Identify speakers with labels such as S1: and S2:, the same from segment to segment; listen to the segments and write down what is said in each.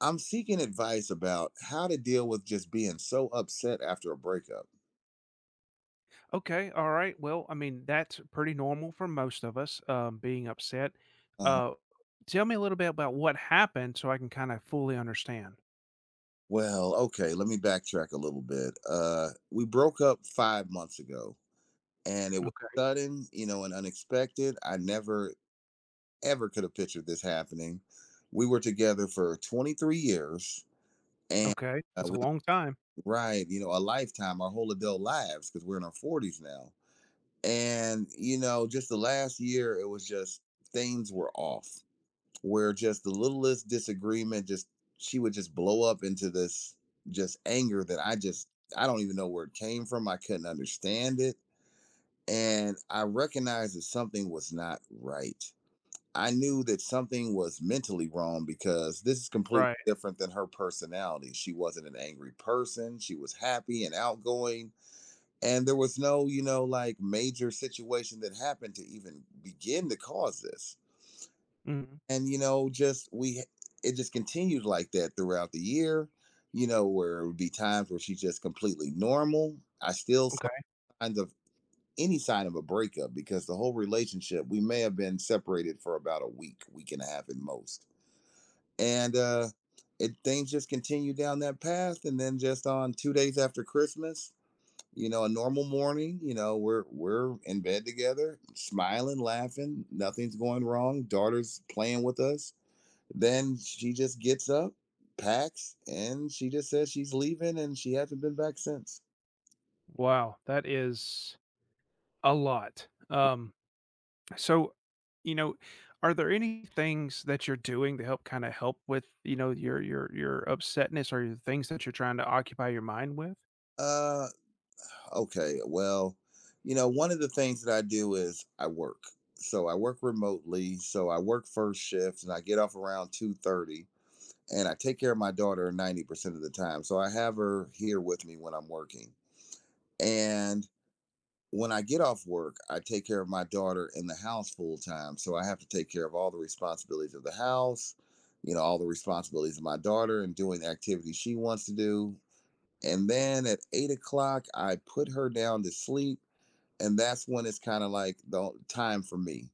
S1: I'm seeking advice about how to deal with just being so upset after a breakup.
S2: Okay, all right. Well, I mean, that's pretty normal for most of us, being upset.
S1: Uh-huh.
S2: Uh, Tell me a little bit about what happened so I can kind of fully understand.
S1: Well, okay, let me backtrack a little bit. We broke up 5 months ago, and it was
S2: Okay.
S1: sudden, you know, and unexpected. I never, ever could have pictured this happening. We were together for 23 years, and
S2: Okay.
S1: uh,
S2: It's a
S1: we,
S2: long time.
S1: right, you know, a lifetime, our whole adult lives, because we're in our 40s now. And, you know, just the last year, it was just things were off where just the littlest disagreement, just she would just blow up into this just anger that I don't even know where it came from. I couldn't understand it. And I recognized that something was not right. I knew that something was mentally wrong because this is completely
S2: Right.
S1: different than her personality. She wasn't an angry person. She was happy and outgoing. And there was no, you know, like major situation that happened to even begin to cause this,
S2: Mhm.
S1: and you know just we it just continued like that throughout the year, you know, where it would be times where she's just completely normal. I still saw
S2: Okay.
S1: signs of any sign of a breakup, because the whole relationship we may have been separated for about a week and a half at most. And it, things just continued down that path, and then just on 2 days after Christmas, you know, a normal morning, you know, we're in bed together, smiling, laughing, nothing's going wrong, daughter's playing with us. Then she just gets up, packs, and she just says she's leaving, and she hasn't been back since.
S2: Wow. That is a lot. So, you know, are there any things that you're doing to help kind of help with, you know, your your upsetness or your things that you're trying to occupy your mind with?
S1: Uh okay, well, you know, one of the things that I do is I work. So I work remotely, so I work first shift and I get off around 2:30, and I take care of my daughter 90% of the time. So I have her here with me when I'm working. And when I get off work, I take care of my daughter in the house full time. So I have to take care of all the responsibilities of the house, you know, all the responsibilities of my daughter and doing the activities she wants to do. And then at 8 o'clock, I put her down to sleep. And that's when it's kind of like the time for me.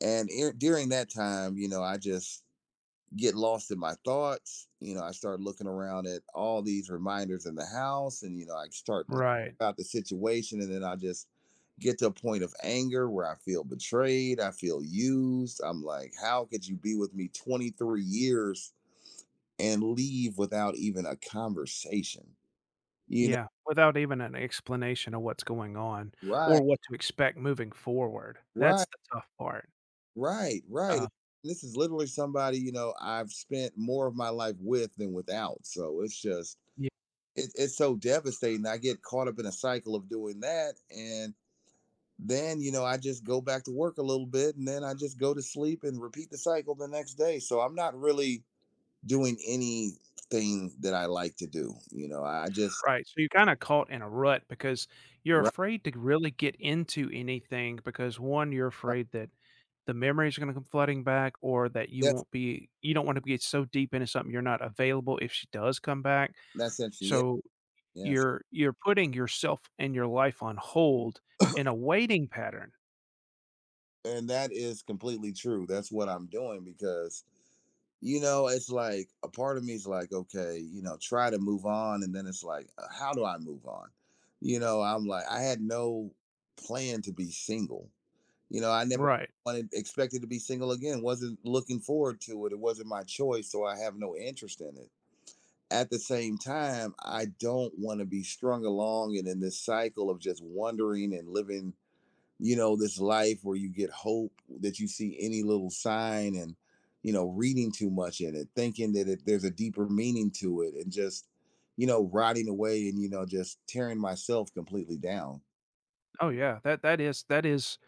S1: And during that time, you know, I just get lost in my thoughts. You know, I start looking around at all these reminders in the house, and you know, I start thinking
S2: Right.
S1: about the situation, and then I just get to a point of anger where I feel betrayed, I feel used. I'm like, how could you be with me 23 years and leave without even a conversation? You know,
S2: Yeah, without even an explanation of what's going on
S1: right,
S2: or what to expect moving forward. That's
S1: right,
S2: the tough part.
S1: right.
S2: Uh,
S1: This is literally somebody, you know, I've spent more of my life with than without. So it's just
S2: yeah.
S1: it's so devastating. I get caught up in a cycle of doing that. And then, you know, I just go back to work a little bit and then I just go to sleep and repeat the cycle the next day. So I'm not really doing anything that I like to do. You know,
S2: Right, so you're kinda caught in a rut because you're
S1: right.
S2: afraid to really get into anything because, one, you're
S1: Right.
S2: afraid that the memories are gonna come flooding back or that you
S1: Yes,
S2: won't be you don't wanna get so deep into something you're not available if she does come back,
S1: that's interesting. Yeah.
S2: so
S1: Yes.
S2: you're putting yourself and your life on hold in a waiting pattern.
S1: And that is completely true. That's what I'm doing, because you know, it's like a part of me is like, okay, you know, try to move on. And then it's like, how do I move on? You know, I'm like, I had no plan to be single. You know, I never
S2: Right.
S1: wanted, expected to be single again, wasn't looking forward to it. It wasn't my choice. So I have no interest in it. At the same time, I don't want to be strung along and in this cycle of just wondering and living, you know, this life where you get hope, that you see any little sign and, you know, reading too much in it, thinking that there's a deeper meaning to it, and just, you know, rotting away, and you know, just tearing myself completely down.
S2: Oh, yeah, that that is that is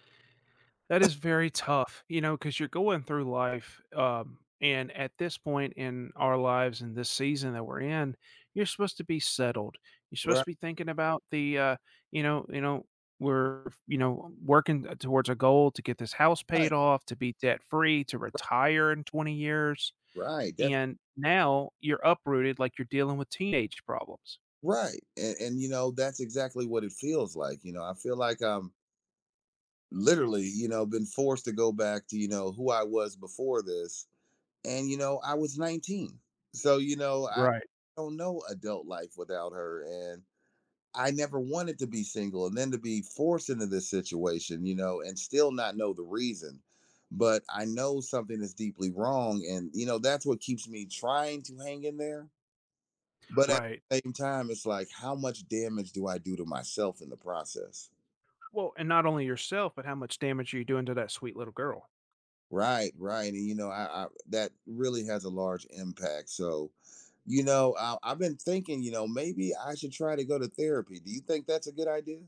S2: That is very tough, you know, because you're going through life. And at this point in our lives in this season that we're in, you're supposed to be settled. You're supposed to
S1: Right,
S2: be thinking about the, you know, we're, you know, working towards a goal to get this house paid off, to be debt free, to retire in 20 years.
S1: right,
S2: And now you're uprooted like you're dealing with teenage problems.
S1: right. And you know, that's exactly what it feels like. You know, I feel like I'm literally, you know, been forced to go back to, you know, who I was before this. And you know, I was 19, so you know, I
S2: Right.
S1: don't know adult life without her. And I never wanted to be single, and then to be forced into this situation, you know, and still not know the reason. But I know something is deeply wrong. And, you know, that's what keeps me trying to hang in there. But at
S2: Right.
S1: the same time, it's like, how much damage do I do to myself in the process?
S2: Well, and not only yourself, but how much damage are you doing to that sweet little girl?
S1: Right, right. And, you know, I that really has a large impact. So, you know, I've been thinking, you know, maybe I should try to go to therapy. Do you think that's a good idea?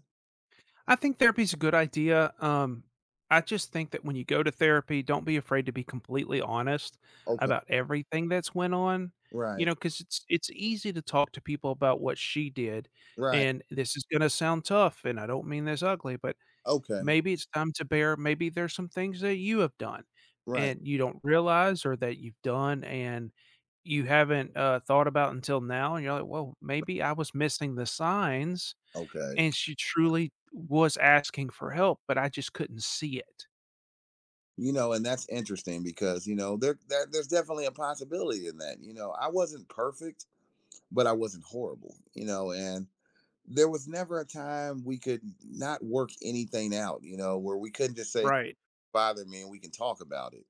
S2: I think therapy's a good idea. I just think that when you go to therapy, don't be afraid to be completely honest
S1: Okay.
S2: about everything that's went on, you
S1: Right,
S2: know, because it's easy to talk to people about what she did,
S1: right.
S2: and this is gonna sound tough, and I don't mean this ugly, but
S1: Okay,
S2: maybe it's time to bear maybe there's some things that you have done
S1: right.
S2: and you don't realize or that you've done and you haven't, thought about until now, and you're like, "Well, maybe I was missing the signs
S1: Okay.
S2: and she truly was asking for help, but I just couldn't see it."
S1: You know, and that's interesting because, you know, there's definitely a possibility in that. You know, I wasn't perfect, but I wasn't horrible, you know, and there was never a time we could not work anything out, you know, where we couldn't just say
S2: Right.
S1: bother me and we can talk about it.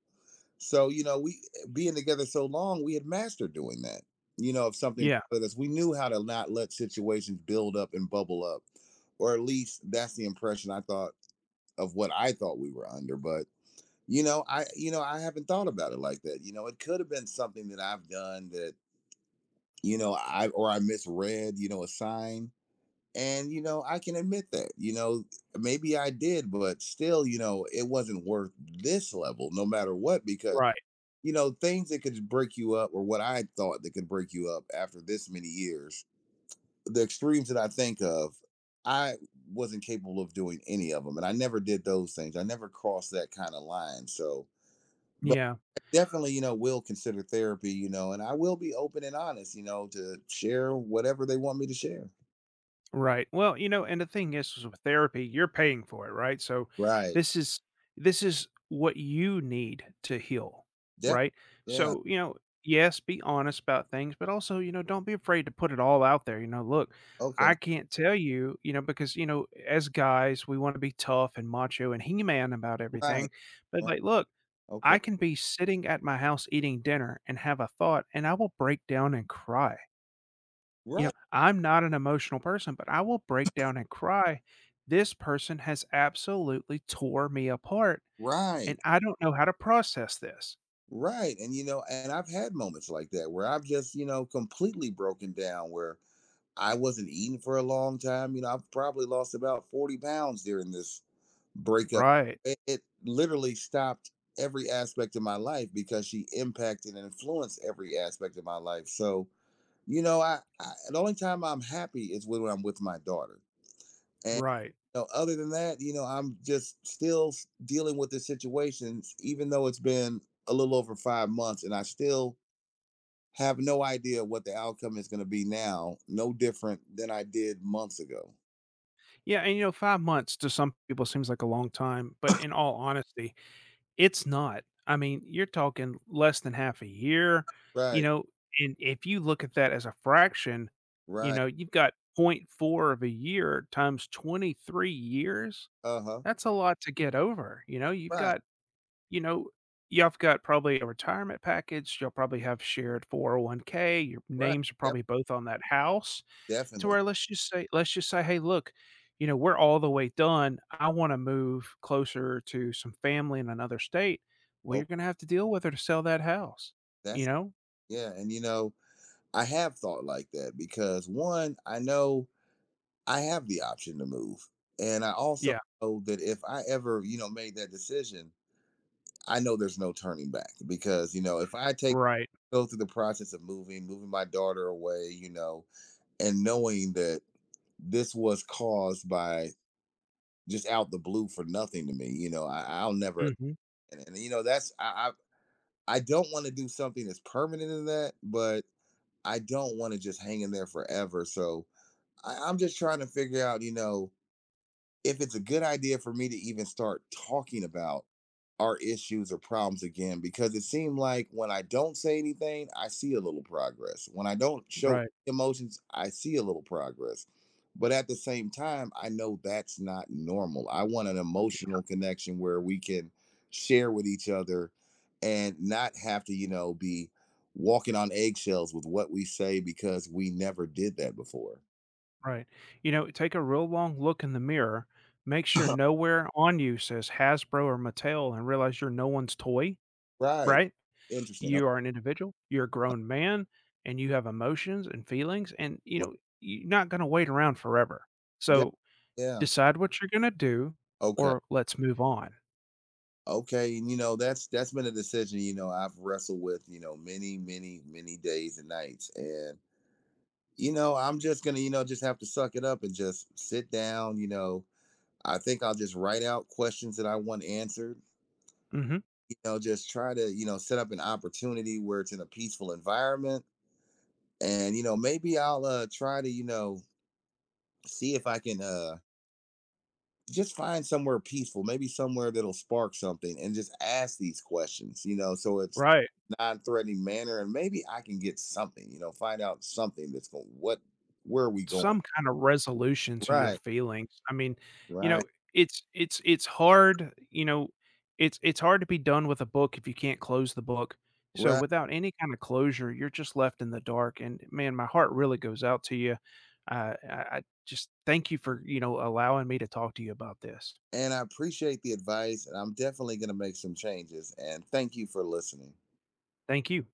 S1: So, you know, we, being together so long, we had mastered doing that. You know, if something
S2: Yeah.
S1: bothered us, we knew how to not let situations build up and bubble up. Or at least that's the impression I thought of what I thought we were under. But you know, I haven't thought about it like that. You know, it could have been something that I've done that, you know, I misread, you know, a sign. And you know, I can admit that. You know, maybe I did, but still, you know, it wasn't worth this level no matter what, because
S2: Right.
S1: you know, things that could break you up, or what I thought that could break you up after this many years, the extremes that I think of, I wasn't capable of doing any of them, and I never did those things. I never crossed that kind of line. So, but
S2: Yeah.
S1: definitely, you know, will consider therapy, you know, and I will be open and honest, you know, to share whatever they want me to share.
S2: Right. Well, you know, and the thing is with therapy, you're paying for it, right? So
S1: Right.
S2: this is this is what you need to heal,
S1: Def-
S2: right?
S1: yeah.
S2: So, you know, yes, be honest about things, but also, you know, don't be afraid to put it all out there. You know, look,
S1: Okay.
S2: I can't tell you, you know, because, you know, as guys, we want to be tough and macho and he man about
S1: Right,
S2: everything. But
S1: right.
S2: like, look, I
S1: Okay.
S2: can be sitting at my house eating dinner and have a thought, and I will break down and cry. You know,
S1: Right.
S2: I'm not an emotional person, but I will break down and cry. This person has absolutely tore me apart,
S1: Right.
S2: and I don't know how to process this.
S1: Right. And you know, and I've had moments like that where I've just, you know, completely broken down, where I wasn't eating for a long time. You know, I've probably lost about 40 pounds during this breakup.
S2: Right,
S1: It literally stopped every aspect of my life because she impacted and influenced every aspect of my life. So, you know, I, the only time I'm happy is when I'm with my daughter. And
S2: right.
S1: you know, other than that, you know, I'm just still dealing with the situations, even though it's been a little over 5 months, and I still have no idea what the outcome is going to be now, no different than I did months ago.
S2: Yeah, and you know, five months to some people seems like a long time, but in all honesty, it's not. I mean, you're talking less than half a year, you
S1: Right,
S2: know, and if you look at that as a fraction, you
S1: right,
S2: know, you've got point .4 of a year times 23 years.
S1: uh huh,
S2: That's a lot to get over, you know, you've
S1: right,
S2: got, you know, you've got probably a retirement package, you'll probably have shared 401k, your
S1: right,
S2: names are
S1: yep,
S2: probably both on that house. To
S1: definitely.
S2: where let's just say, "Hey, look, you know, we're all the way done. I wanna move closer to some family in another state." Well,
S1: Oh,
S2: you're gonna have to deal with her to sell that house, you
S1: that's
S2: know?
S1: yeah, and you know, I have thought like that because one, I know I have the option to move, and I also
S2: Yeah,
S1: know that if I ever, you know, made that decision, I know there's no turning back because you know, if I take
S2: right.
S1: go through the process of moving, moving my daughter away, you know, and knowing that this was caused by just out the blue for nothing to me. You know, I'll never.
S2: Mhm,
S1: And you know, that's I I don't want to do something that's permanent in that, but I don't want to just hang in there forever. So I'm just trying to figure out, you know, if it's a good idea for me to even start talking about our issues or problems again, because it seemed like when I don't say anything, I see a little progress. When I don't show
S2: right,
S1: emotions, I see a little progress. But at the same time, I know that's not normal. I want an
S2: yeah,
S1: emotional connection where we can share with each other and not have to, you know, be walking on eggshells with what we say, because we never did that before.
S2: right. You know, take a real long look in the mirror, make sure nowhere on you says Hasbro or Mattel and realize you're no one's toy,
S1: Right.
S2: right?
S1: Interesting. Oh,
S2: You are an individual, you're a grown man, and you have emotions and feelings, and, you
S1: right.
S2: know, you're not gonna wait around forever.
S1: Yeah.
S2: So
S1: Yeah.
S2: decide what you're gonna do,
S1: Okay.
S2: or let's move on.
S1: Okay. And you know, that's been a decision, you know, I've wrestled with, you know, many, many, many days and nights. And, you know, I'm just gonna, you know, just have to suck it up and just sit down, you know. I think I'll just write out questions that I want answered,
S2: Mhm.
S1: you know, just try to, you know, set up an opportunity where it's in a peaceful environment. And, you know, maybe I'll try to, you know, see if I can just find somewhere peaceful, maybe somewhere that'll spark something and just ask these questions, you know, so it's
S2: Right.
S1: non-threatening manner, and maybe I can get something. You know, find out something that's going. What? Where are we going?
S2: Some kind of resolution to your
S1: Right.
S2: feelings. I mean, you
S1: Right.
S2: know, it's hard, you know, it's hard to be done with a book if you can't close the book. So
S1: Right.
S2: without any kind of closure, you're just left in the dark and man, my heart really goes out to you. I just thank you for, you know, allowing me to talk to you about this.
S1: And I appreciate the advice, and I'm definitely going to make some changes. And thank you for listening.
S2: Thank you.